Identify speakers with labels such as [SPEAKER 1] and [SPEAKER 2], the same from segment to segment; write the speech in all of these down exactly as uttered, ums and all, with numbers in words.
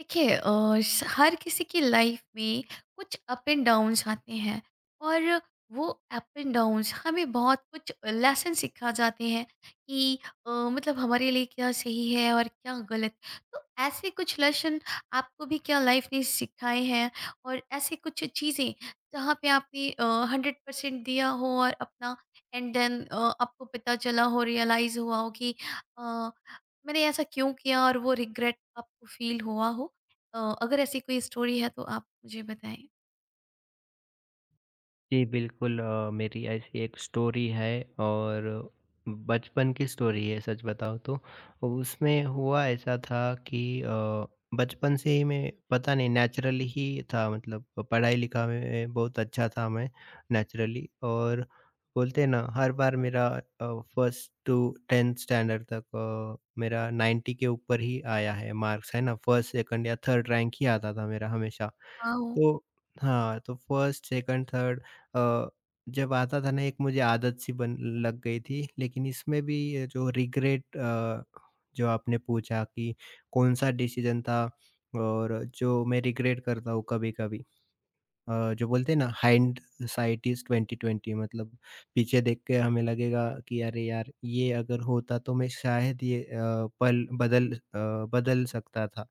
[SPEAKER 1] देखिए अ, स- हर किसी की लाइफ में कुछ अप एंड डाउन्स आते हैं, और वो अप एंड डाउन्स हमें बहुत कुछ लेसन सिखा जाते हैं कि अ, मतलब हमारे लिए क्या सही है और क्या गलत। तो ऐसे कुछ लेसन आपको भी क्या लाइफ ने सिखाए हैं, और ऐसे कुछ चीज़ें जहाँ पे आपने हंड्रेड परसेंट दिया हो, और अपना एंड देन आपको पता चला हो, रियलाइज हुआ हो कि अ, मैंने ऐसा क्यों किया और वो रिग्रेट आपको फील हुआ हो। अ, अगर ऐसी कोई स्टोरी है तो आप मुझे बताएँ?
[SPEAKER 2] जी, बिल्कुल अ, मेरी ऐसी एक स्टोरी है और बचपन की स्टोरी है सच बताऊँ तो। उसमें हुआ ऐसा था कि अ, बचपन से ही मैं पता नहीं नेचुरली ही था मतलब पढ़ाई-लिखा में बहुत अच्छा था मैं नेचुरली, और बोलते हैं ना हर बार मेरा, अ, फर्स्ट टू दसवीं स्टैंडर्ड तक, अ, मेरा नाइंटी के ऊपर ही आया है मार्क्स, है ना, फर्स्ट, सेकंड या थर्ड रैंक ही आता था मेरा हमेशा।
[SPEAKER 1] वाओ!
[SPEAKER 2] तो हाँ, तो फर्स्ट, सेकंड, थर्ड अ, जब आता था ना एक मुझे आदत सी बन लग गई थी। लेकिन इसमें भी ये जो रिग्रेट, अ, जो आपने पूछा कि कौन-सा डिसीज़न था और जो मैं रिग्रेट करता हूँ कभी-कभी। अ, जो बोलते हैं ना हाइंडसाइट इज़ ट्वेंटी ट्वेंटी, मतलब पीछे देख के हमें लगेगा कि अरे यार! ये अगर होता तो मैं शायद ये अ, पल बदल अ, बदल सकता था।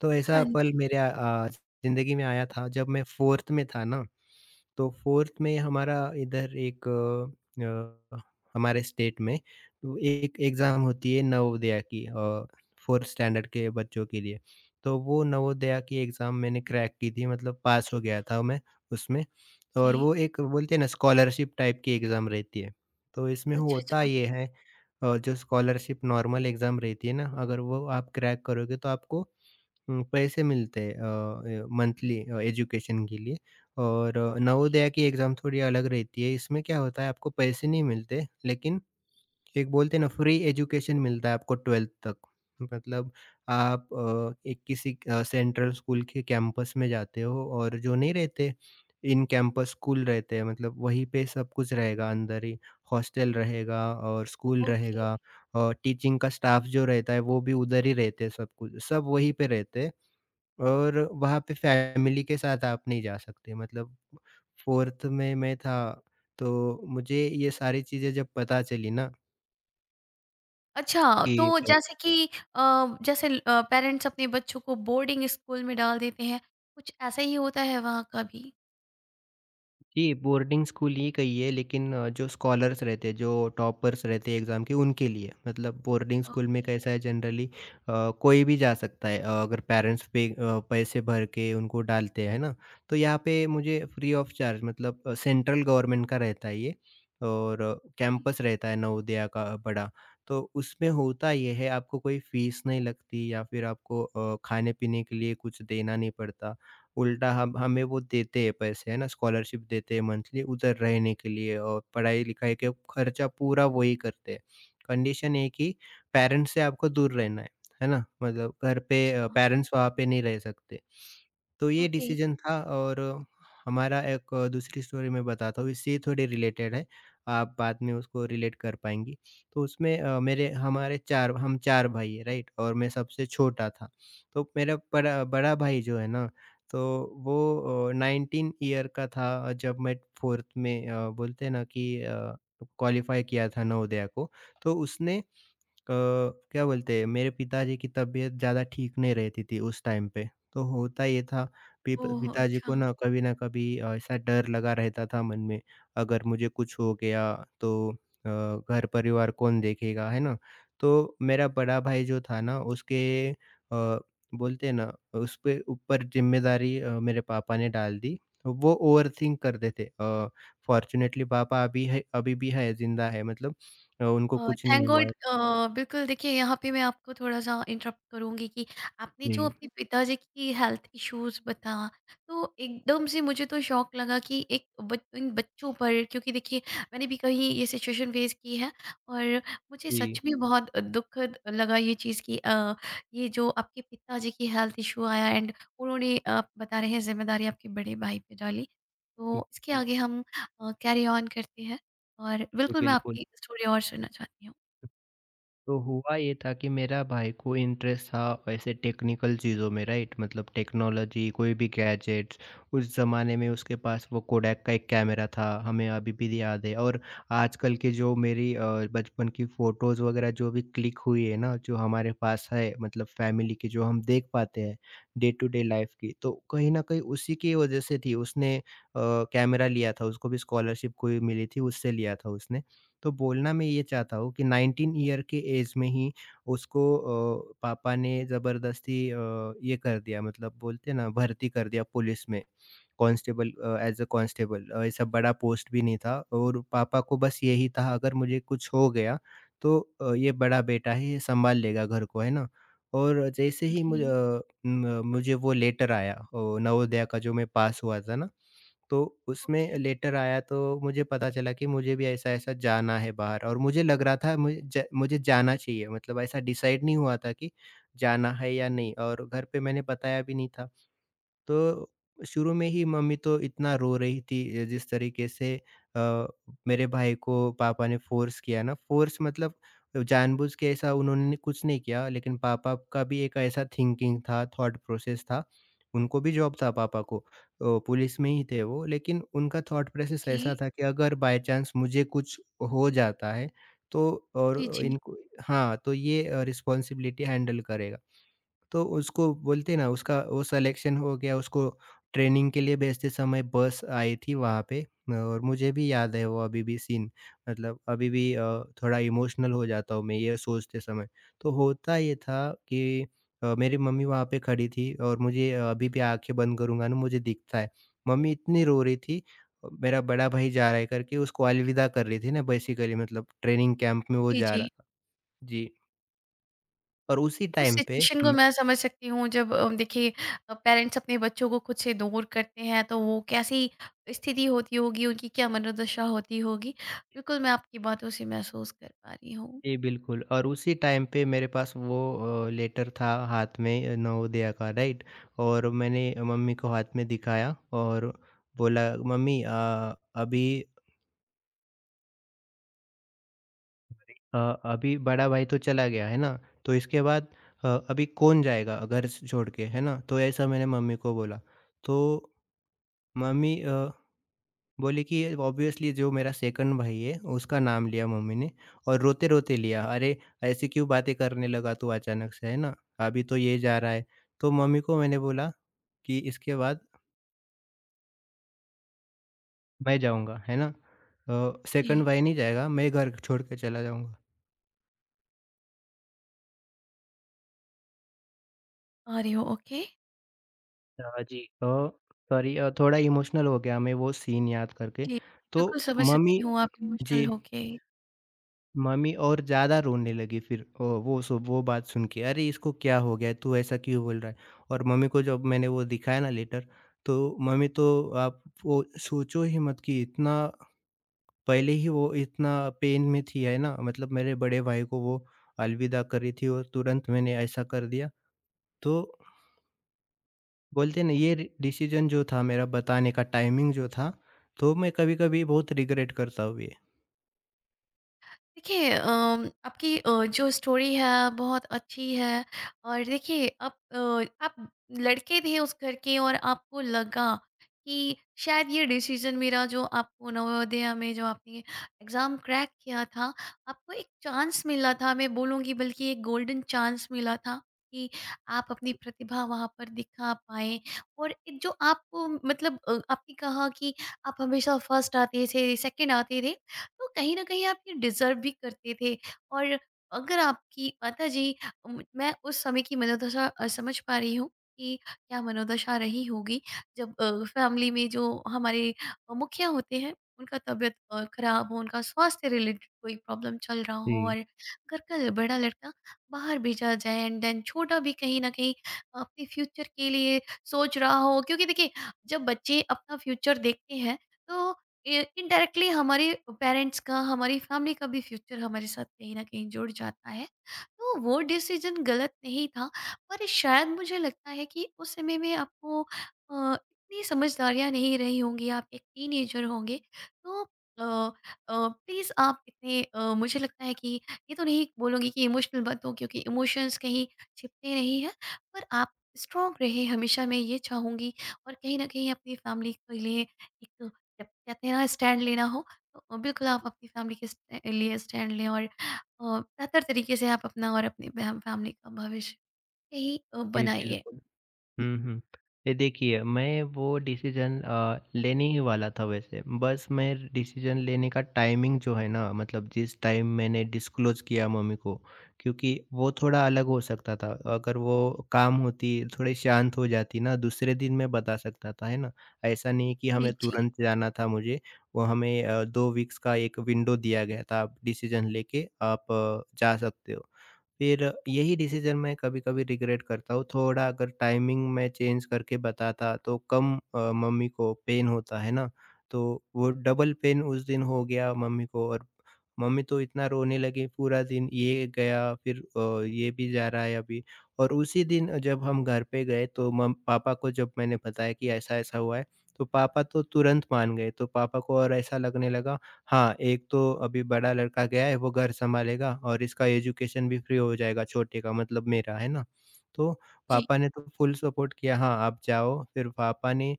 [SPEAKER 2] तो ऐसा
[SPEAKER 1] हाँ
[SPEAKER 2] पल
[SPEAKER 1] जी।
[SPEAKER 2] मेरे अ, ज़िंदगी में आया था जब मैं चौथी में था ना, तो चौथी में हमारा इधर एक अ, अ, हमारे स्टेट में तो एक एग्ज़ाम होती है नवोदया की, अ, चौथी स्टैंडर्ड के बच्चों के लिए। तो वो नवोदया की एग्ज़ाम मैंने क्रैक की थी, मतलब पास हो गया था मैं उसमें।
[SPEAKER 1] ओके।
[SPEAKER 2] और वो एक बोलते हैं ना स्कॉलरशिप टाइप की एग्ज़ाम रहती है। तो इसमें
[SPEAKER 1] अच्छा,
[SPEAKER 2] होता
[SPEAKER 1] अच्छा।
[SPEAKER 2] ये है, अ, जो स्कॉलरशिप नॉर्मल एग्ज़ाम रहती है ना, अगर वो आप क्रैक करोगे तो आपको उम, पैसे मिलते हैं, अ, मंथली, अ, एजुकेशन के लिए। और अ, नवोदया की एग्ज़ाम थोड़ी अलग रहती है। इसमें क्या होता है, आपको पैसे नहीं मिलते लेकिन एक बोलते हैं ना फ्री एजुकेशन मिलता है आपको बारहवीं तक। मतलब आप अ, एक किसी अ, सेंट्रल स्कूल के कैंपस में जाते हो, और जो नहीं रहते इन कैंपस स्कूल रहते हैं मतलब वहीं पे सब कुछ रहेगा अंदर ही, हॉस्टल रहेगा और स्कूल
[SPEAKER 1] ओके।
[SPEAKER 2] रहेगा, और टीचिंग का स्टाफ जो रहता है वो भी उधर ही रहते हैं, सब कुछ सब वहीं पे रहते हैं। और वहाँ पे फैमिली के साथ आप नहीं जा सकते। मतलब चौथी में मैं था, तो मुझे ये सारी चीज़ें जब पता चली ना
[SPEAKER 1] अच्छा,
[SPEAKER 2] कि,
[SPEAKER 1] तो जैसे कि अ, जैसे ल अ, पेरेंट्स अपने बच्चों को बोर्डिंग स्कूल में डाल देते हैं, कुछ ऐसा ही होता है वहाँ का भी?
[SPEAKER 2] जी, बोर्डिंग स्कूल ही कहिए लेकिन अ, जो स्कॉलर्स रहते हैं, जो टॉपर्स रहते हैं एग्ज़ाम के, उनके लिए। मतलब बोर्डिंग स्कूल में
[SPEAKER 1] ओके,
[SPEAKER 2] कैसा है जनरली, अ, कोई भी जा सकता है, अ, अगर पेरेंट्स पे अ, पैसे भर के उनको डालते हैं, है ना? तो यहाँ पे मुझे फ्री ऑफ चार्ज, मतलब अ, सेंट्रल गवर्नमेंट का रहता है ये, और
[SPEAKER 1] ओके।
[SPEAKER 2] कैंपस रहता है नवोदया का बड़ा। तो उसमें होता ये है, आपको कोई फ़ीस नहीं लगती या फिर आपको अ, खाने-पीने के लिए कुछ देना नहीं पड़ता। उल्टा हम हमें वो देते हैं पैसे, है ना? स्कॉलरशिप देते हैं मंथली उधर रहने के लिए, और पढ़ाई-लिखाई का खर्चा पूरा वही करते हैं। कंडीशन एक ही, पेरेंट्स से आपको दूर रहना है, है ना? मतलब घर पे अ,
[SPEAKER 1] हाँ।
[SPEAKER 2] पेरेंट्स वहाँ पे नहीं रह सकते। तो ये
[SPEAKER 1] ओके।
[SPEAKER 2] डिसीजन था, और हमारा एक दूसरी स्टोरी मैं बताता हूँ, इससे थोड़ी रिलेटेड है, आप बाद में उसको रिलेट कर पाएँगी। तो उसमें अ, मेरे हमारे चार हम चार भाई हैं, राइट? और मैं सबसे छोटा था। तो मेरा बड़ा बड़ा भाई जो है ना, तो वो अ, नाइनटीन ईयर का था जब मैं चौथी में, अ, बोलते हैं ना कि अ, क्वालीफाई किया था नवोदया को। तो उसने, अ, क्या बोलते हैं, मेरे पिताजी की तबीयत ज़्यादा ठीक नहीं रहती थी उस टाइम पे। तो होता ये था, पिप
[SPEAKER 1] ओह!
[SPEAKER 2] पिताजी को
[SPEAKER 1] अच्छा।
[SPEAKER 2] ना कभी न कभी ऐसा डर लगा रहता था मन में, अगर मुझे कुछ हो गया तो अ, घर परिवार कौन देखेगा, है ना? तो मेरा बड़ा भाई जो था ना, उसके, अ, बोलते हैं ना, उसपे ऊपर ज़िम्मेदारी अ, मेरे पापा ने डाल दी। वो ओवरथिंक करते थे, अ, फ़ॉर्च्युनेटली पापा अभी है अभी भी है, ज़िंदा है, मतलब अ, उनको कुछ नहीं
[SPEAKER 1] थैंक
[SPEAKER 2] हुआ
[SPEAKER 1] गॉड।
[SPEAKER 2] है।
[SPEAKER 1] बिल्कुल, देखिए यहाँ पे मैं आपको थोड़ा सा इंटरप्ट करूँगी कि आपने
[SPEAKER 2] जी।
[SPEAKER 1] जो अपने पिताजी की हेल्थ इश्यूज बताया, तो एकदम से मुझे तो शौक लगा कि एक बच, इन बच्चों पर, क्योंकि देखिए मैंने भी कहीं ये सिचुएशन फेस की है, और मुझे सच
[SPEAKER 2] जी,
[SPEAKER 1] में बहुत दुखद लगा ये चीज़ कि अ, ये जो आपके पिताजी की हेल्थ इशू आया, एंड उन्होंने, आप बता रहे हैं, जिम्मेदारी आपके बड़े भाई पे डाली।
[SPEAKER 2] ठीक
[SPEAKER 1] तो इसके आगे हम कैरी ऑन करते हैं, और
[SPEAKER 2] है,
[SPEAKER 1] बिल्कुल मैं
[SPEAKER 2] बिल्कुल।
[SPEAKER 1] आपकी स्टोरी और सुनना चाहती हूँ।
[SPEAKER 2] तो हुआ ये था कि मेरा भाई को इंटरेस्ट था ऐसे टेक्निकल चीज़ों में, राइट, मतलब टेक्नोलॉजी कोई भी गैजेट्स। उस ज़माने में उसके पास वो कोडैक का एक कैमरा था, हमें अभी भी याद है। और आजकल के जो मेरी अ, बचपन की फ़ोटोज़ वग़ैरह जो भी क्लिक हुई है ना, जो हमारे पास है, मतलब फ़ैमिली की जो हम देख पाते हैं डे टू डे लाइफ़ की, तो कहीं न कहीं उसी की वज़ह से थी। उसने अ, कैमरा लिया था, उसको भी स्कॉलरशिप कोई मिली थी, उससे लिया था उसने। तो बोलना मैं ये चाहता हूँ कि नाइनटीन ईयर के एज में ही उसको, अ, पापा ने ज़बरदस्ती अ, ये कर दिया, मतलब बोलते हैं ना भर्ती कर दिया पुलिस में कांस्टेबल। अ, एज़ अ कांस्टेबल, अ, ऐसा बड़ा पोस्ट भी नहीं था, और पापा को बस यही था अगर मुझे कुछ हो गया तो अ, ये बड़ा बेटा है, ये संभाल लेगा घर को, है ना? और जैसे
[SPEAKER 1] जी,
[SPEAKER 2] ही मुझे
[SPEAKER 1] जी।
[SPEAKER 2] अ, म- मुझे वो लेटर आया अ, नवोदया का, जो मैं पास हुआ था ना, तो
[SPEAKER 1] ओके।
[SPEAKER 2] उसमें लेटर आया तो मुझे पता चला कि मुझे भी ऐसा-ऐसा जाना है बाहर, और मुझे लग रहा था मुझे ज मुझे जाना चाहिए, मतलब ऐसा डिसाइड नहीं हुआ था कि जाना है या नहीं, और घर पे मैंने बताया भी नहीं था। तो शुरू में ही मम्मी तो इतना रो रही थी, अ, जिस तरीके से अ, मेरे भाई को पापा ने फ़ोर्स किया ना, फ़ोर्स मतलब जानबूझ के ऐसा उन्होंने कुछ नहीं किया, लेकिन पापा का भी एक ऐसा थिंकिंग था, थॉट प्रोसेस था। उनको भी जॉब था पापा को, तो पुलिस में ही थे वो, लेकिन उनका थॉट प्रोसेस
[SPEAKER 1] ओके।
[SPEAKER 2] ऐसा था कि अगर बाय चांस मुझे कुछ हो जाता है, तो,
[SPEAKER 1] जी,
[SPEAKER 2] और
[SPEAKER 1] जी।
[SPEAKER 2] इनको, हाँ, तो ये अ, रिस्पॉन्सिबिलिटी हैंडल करेगा। तो उसको, बोलते हैं ना, उसका वो सिलेक्शन हो गया, उसको ट्रेनिंग के लिए भेजते समय बस आई थी वहाँ पे, और मुझे भी याद है वो अभी भी सीन। मतलब अभी भी अ, थोड़ा इमोशनल हो जाता हूँ मैं ये सोचते समय। तो होता ये था कि अ, मेरी मम्मी वहाँ पे खड़ी थी, और मुझे अ, अभी भी आँखें बंद करूँगा ना मुझे दिखता है। मम्मी इतनी रो रही थी, अ, मेरा बड़ा भाई जा रहा है करके उसको अलविदा कर रही थी ना, बेसिकली मतलब ट्रेनिंग कैंप में वो
[SPEAKER 1] जी,
[SPEAKER 2] जा रहा
[SPEAKER 1] जी।
[SPEAKER 2] था। जी, और उसी
[SPEAKER 1] उस
[SPEAKER 2] टाइम पे,
[SPEAKER 1] सिचुएशन को मैं समझ सकती हूँ, जब अ, देखिए अ, पेरेंट्स अपने बच्चों को खुद से दूर करते हैं, तो वो कैसी स्थिति होती होगी, उनकी क्या मनोदशा होती होगी। बिल्कुल मैं आपकी बातों से महसूस कर पा रही हूँ।
[SPEAKER 2] जी, बिल्कुल, और उसी टाइम पे मेरे पास वो अ, लेटर था हाथ में, अ, नवोदया का, राइट। और मैंने मम्मी को हाथ में दिखाया, और बोला मम्मी, अ, अभी अ, अभी बड़ा भाई तो चला गया है ना, तो इसके बाद अ, अभी कौन जाएगा घर से छोड़ के, है ना? तो ऐसा मैंने मम्मी को बोला। तो मम्मी बोली कि ऑब्वियसली जो मेरा सेकंड भाई है उसका नाम लिया मम्मी ने, और रोते-रोते लिया, "अरे! ऐसी क्यों बातें करने लगा तू अचानक से, है ना? अभी तो ये जा रहा है।" तो मम्मी को मैंने बोला कि इसके बाद मैं जाऊँगा, है ना? अ, सेकंड
[SPEAKER 1] जी,
[SPEAKER 2] भाई नहीं जाएगा, मैं घर छोड़ के चला जाऊँगा।
[SPEAKER 1] आ रही हो ओके?
[SPEAKER 2] अ, जी, अ, सॉरी, अ, थोड़ा इमोशनल हो गया मैं वो सीन याद करके।
[SPEAKER 1] जी,
[SPEAKER 2] तो
[SPEAKER 1] बिल्कुल समझ सकती
[SPEAKER 2] मम्मी,
[SPEAKER 1] हूँ, आप इमोशनल
[SPEAKER 2] जी।
[SPEAKER 1] होके।
[SPEAKER 2] मम्मी और ज़्यादा रोने लगी फिर, अ, वो, सो वो बात सुन के, "अरे! इसको क्या हो गया है? तू ऐसा क्यों बोल रहा है?" और मम्मी को जब मैंने वो दिखाया ना लेटर, तो मम्मी तो, आप वो सोचो ही मत, कि इतना, पहले ही वो इतना पेन में थी, है ना? मतलब मेरे बड़े भाई को वो अलविदा कर रही थी, और तुरंत मैंने ऐसा कर दिया। तो बोलते हैं ना ये रि डिसीज़न जो था मेरा बताने का टाइमिंग जो था, तो मैं कभी-कभी बहुत रिग्रेट करता हूँ ये।
[SPEAKER 1] देखिए अम, आपकी अ, जो स्टोरी है बहुत अच्छी है। और देखिए आप अ, आप लड़के थे उस घर के, और आपको लगा कि शायद ये डिसीजन मेरा, जो आपको नवोदया में जो आपने एग्ज़ाम क्रैक किया था, आपको एक चांस मिला था, मैं बोलूँगी बल्कि एक गोल्डन चांस मिला था कि आप अपनी प्रतिभा वहाँ पर दिखा पाए, और जो आपको मतलब अ, आपने कहा कि आप हमेशा फर्स्ट आते थे, सेकंड आते थे, तो कहीं न कहीं आप ये डिज़र्व भी करते थे। और अगर आपकी माताजी, उम, मैं उस समय की मनोदशा अ, समझ पा रही हूँ कि क्या मनोदशा रही होगी, जब अ, फैमिली में जो हमारे अ, मुखिया होते हैं, उनका तबीयत अ, खराब हो, उनका स्वास्थ्य रिलेटेड कोई प्रॉब्लम चल रहा हो,
[SPEAKER 2] जी।
[SPEAKER 1] और घर का बड़ा लड़का बाहर भेजा जाए, एंड देन छोटा भी कहीं न कहीं अपने फ्यूचर के लिए सोच रहा हो, क्योंकि देखिए, जब बच्चे अपना फ्यूचर देखते हैं, तो इनडायरेक्टली हमारे पेरेंट्स का, हमारी फैमिली का भी फ्यूचर हमारे साथ कहीं ना कहीं जुड़ जाता है। तो वो डिसीजन गलत नहीं था, पर शायद मुझे लगता है कि उस समय में आपको अ, इतनी समझदारियां नहीं रही होंगी, आप एक टीनेजर होंगे। तो प्लीज़ आप इतने अ, मुझे लगता है कि ये तो नहीं बोलूँगी कि इमोशनल मत हो, क्योंकि इमोशंस कहीं छिपते नहीं हैं, पर आप स्ट्रॉन्ग रहे हमेशा, मैं ये चाहूँगी। और कहीं ना कहीं अपनी फैमिली के लिए एक, जब कहते हैं ना स्टैंड लेना हो, तो बिल्कुल आप अपनी फैमिली के स्ट- लिए स्टैंड लें, और अ, बेहतर तरीके से आप अपना और अपनी फैमिली का भविष्य यही अ,
[SPEAKER 2] जी,
[SPEAKER 1] बनाइए।
[SPEAKER 2] बिल्कुल। हुँ, हुँ। ये देखिए, मैं वो डिसीज़न अ, लेने ही वाला था वैसे, बस मैं डिसीज़न लेने का टाइमिंग जो है ना, मतलब जिस टाइम मैंने डिस्क्लोज़ किया मम्मी को, क्योंकि वो थोड़ा अलग हो सकता था। अगर वो काम होती, थोड़ी शांत हो जाती ना, दूसरे दिन मैं बता सकता था, है ना? ऐसा नहीं कि
[SPEAKER 1] जी
[SPEAKER 2] हमें
[SPEAKER 1] जी।
[SPEAKER 2] तुरंत जाना था मुझे, वो हमें अ, दो वीक्स का एक विंडो दिया गया था, आप डिसीज़न लेके आप अ, जा सकते हो। फिर यही डिसीज़न मैं कभी-कभी रिग्रेट करता हूँ, थोड़ा अगर टाइमिंग मैं चेंज करके बताता तो कम, अ, मम्मी को पेन होता, है ना? तो वो डबल पेन उस दिन हो गया मम्मी को, और मम्मी तो इतना रोने लगी, पूरा दिन ये गया फिर, अ, ये भी जा रहा है अभी। और उसी दिन जब हम घर पे गए, तो मम पापा को जब मैंने बताया कि ऐसा-ऐसा हुआ है, तो पापा तो तुरंत मान गए, तो पापा को और ऐसा लगने लगा, हाँ, एक तो अभी बड़ा लड़का गया है, वो घर सँभालेगा, और इसका एजुकेशन भी फ्री हो जाएगा छोटे का, मतलब मेरा, है ना? तो
[SPEAKER 1] जी।
[SPEAKER 2] पापा ने तो फुल सपोर्ट किया, हाँ, आप जाओ। फिर पापा ने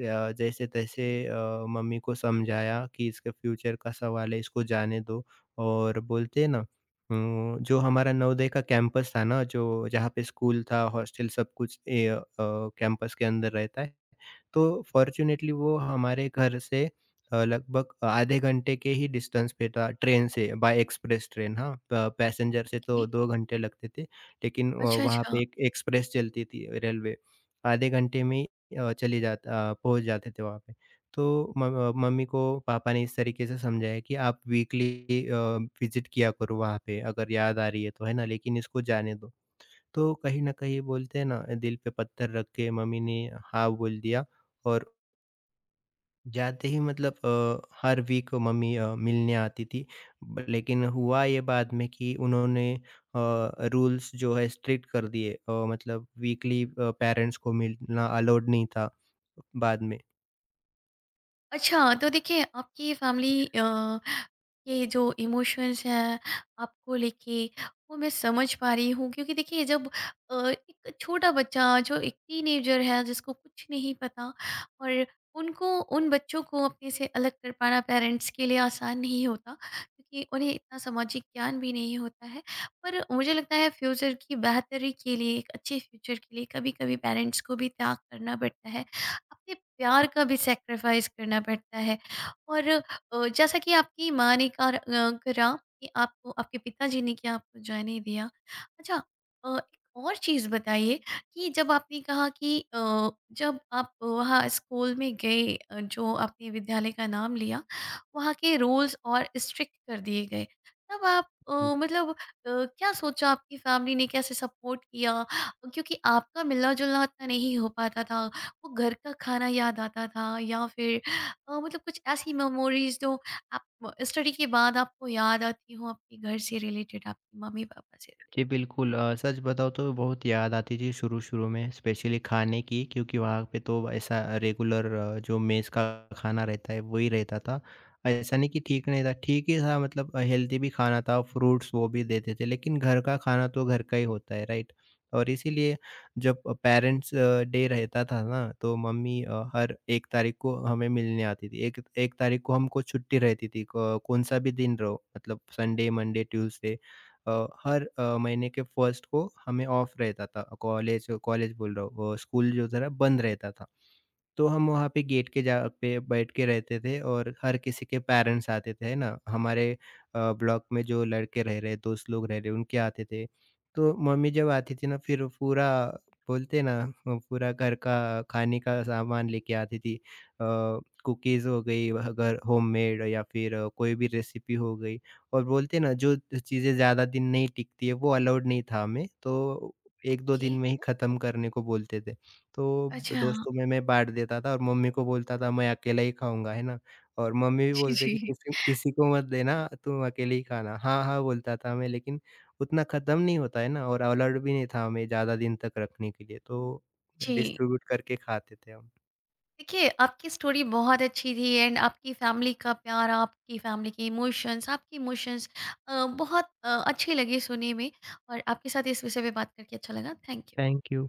[SPEAKER 2] अ, जैसे-तैसे अ, मम्मी को समझाया कि इसके फ्यूचर का सवाल है, इसको जाने दो। और बोलते हैं ना, उम, जो हमारा नवोदय का कैंपस था ना, जो, जहाँ पे स्कूल था, हॉस्टल सब कुछ ए अ, कैंपस के अंदर रहता है। तो फॉर्च्यूनेटली वो हमारे घर से अ, लगभग आधे घंटे के ही डिस्टेंस पे था ट्रेन से, बाय एक्सप्रेस ट्रेन, हाँ, प- पैसेंजर से
[SPEAKER 1] ओके।
[SPEAKER 2] तो दो घंटे लगते थे, लेकिन अ,
[SPEAKER 1] अच्छा।
[SPEAKER 2] वहाँ
[SPEAKER 1] अच्छा।
[SPEAKER 2] पे एक एक्सप्रेस चलती थी रेलवे, आधे घंटे में ही, अ, चली जाता अ, पहुँच जाते थे वहाँ पे। तो म- मम्मी को पापा ने इस तरीके से समझाया कि आप वीकली विजिट किया करो वहाँ पे अगर याद आ रही है तो, है ना, लेकिन इसको जाने दो। तो कहीं न कहीं बोलते हैं ना, दिल पे पत्थर रख के मम्मी ने हाँ बोल दिया। और जाते ही, मतलब अ, हर वीक मम्मी अ, मिलने आती थी। ब लेकिन हुआ ये बाद में कि उन्होंने अ, रूल्स जो है स्ट्रिक्ट कर दिए, अ, मतलब वीकली अ, पेरेंट्स को मिलना अलाउड नहीं था बाद में।
[SPEAKER 1] अच्छा, तो देखिए आपकी फैमिली अ, के जो इमोशंस हैं आपको लेके, वो मैं समझ पा रही हूँ, क्योंकि देखिए जब अ, एक छोटा बच्चा जो एक टीनेजर है, जिसको कुछ नहीं पता, और उनको, उन बच्चों को अपने से अलग कर पाना पेरेंट्स के लिए आसान नहीं होता, क्योंकि उन्हें इतना सामाजिक ज्ञान भी नहीं होता है। पर मुझे लगता है फ्यूचर की बेहतरी के लिए, एक अच्छे फ्यूचर के लिए कभी-कभी पेरेंट्स को भी त्याग करना पड़ता है, अपने प्यार का भी सैक्रिफाइस करना पड़ता है। और अ, जैसा कि आपकी माँ ने कर, अ, करा, कि आपको आपके पिताजी ने क्या, आपको जाने दिया। अच्छा, अ, एक और चीज़ बताइए कि जब आपने कहा कि अ, जब आप वहाँ स्कूल में गए, अ, जो आपने विद्यालय का नाम लिया, वहाँ के रूल्स और स्ट्रिक्ट कर दिए गए, तब आप अ, मतलब अ, क्या सोचा, आपकी फैमिली ने कैसे सपोर्ट किया, क्योंकि आपका मिलना जुलना इतना नहीं हो पाता था। वो घर का खाना याद आता था, या फिर अ, मतलब कुछ ऐसी मेमोरीज जो आप स्टडी के बाद आपको याद आती हो, आपके घर से रिलेटेड, आपकी मम्मी पापा से रिलेटेड।
[SPEAKER 2] जी, बिल्कुल, अ, सच बताऊँ तो बहुत याद आती थी शुरू-शुरू में, स्पेशली खाने की, क्योंकि वहाँ पे तो ऐसा रेगुलर जो मेस का खाना रहता है वही रहता था। ऐसा नहीं कि ठीक नहीं था, ठीक ही था, मतलब हेल्दी भी खाना था, फ्रूट्स वो भी देते थे, लेकिन घर का खाना तो घर का ही होता है, राइट? और इसीलिए, जब पेरेंट्स डे रहता था ना, तो मम्मी अ, हर एक तारीख को हमें मिलने आती थी। एक 1 तारीख को हमको छुट्टी रहती थी, क कौन-सा भी दिन रहो, मतलब संडे, मंडे, ट्यूसडे, अ, हर अ, महीने के फर्स्ट को हमें ऑफ रहता था, कॉलेज, कॉलेज बोल रहा हूँ अ, स्कूल जो था ना, बंद रहता था। तो हम वहाँ पे गेट के जा पे बैठ के रहते थे, और हर किसी के पेरेंट्स आते थे, है ना? हमारे अ, ब्लॉक में जो लड़के रह रहे, दोस्त लोग रह रहे, उनके आते थे। तो मम्मी जब आती थी ना, फिर पूरा, बोलते हैं ना अ, पूरा घर का खाने का सामान लेके आती थी। अ, कुकीज़ हो गई वह, अगर होममेड, या फिर अ, कोई भी रेसिपी हो गई, और बोलते हैं ना जो चीज़ें ज़्यादा दिन नहीं टिकती है वो अलाउड नहीं था हमें, तो एक दो
[SPEAKER 1] ओके।
[SPEAKER 2] दिन में ही ख़त्म करने को बोलते थे। तो
[SPEAKER 1] अच्छा।
[SPEAKER 2] दोस्तों में मैं बाँट देता था, और मम्मी को बोलता था मैं अकेला ही खाऊँगा, है ना? और मम्मी भी
[SPEAKER 1] जी
[SPEAKER 2] बोलते
[SPEAKER 1] जी।
[SPEAKER 2] कि किसी किसी को मत देना, तुम अकेले ही खाना। हाँ, हाँ बोलता था मैं, लेकिन उतना ख़त्म नहीं होता है ना, और अलाउड भी नहीं था हमें ज़्यादा दिन तक रखने के लिए, तो
[SPEAKER 1] जी।
[SPEAKER 2] डिस्ट्रीब्यूट करके खाते थे हम।
[SPEAKER 1] देखिए आपकी स्टोरी बहुत अच्छी थी, एंड आपकी फैमिली का प्यार, आपकी फैमिली के इमोशंस, आपके इमोशंस बहुत अ, अच्छे लगे सुनने में। और आपके साथ इस विषय पे बात करके अच्छा लगा। Thank you.
[SPEAKER 2] Thank you.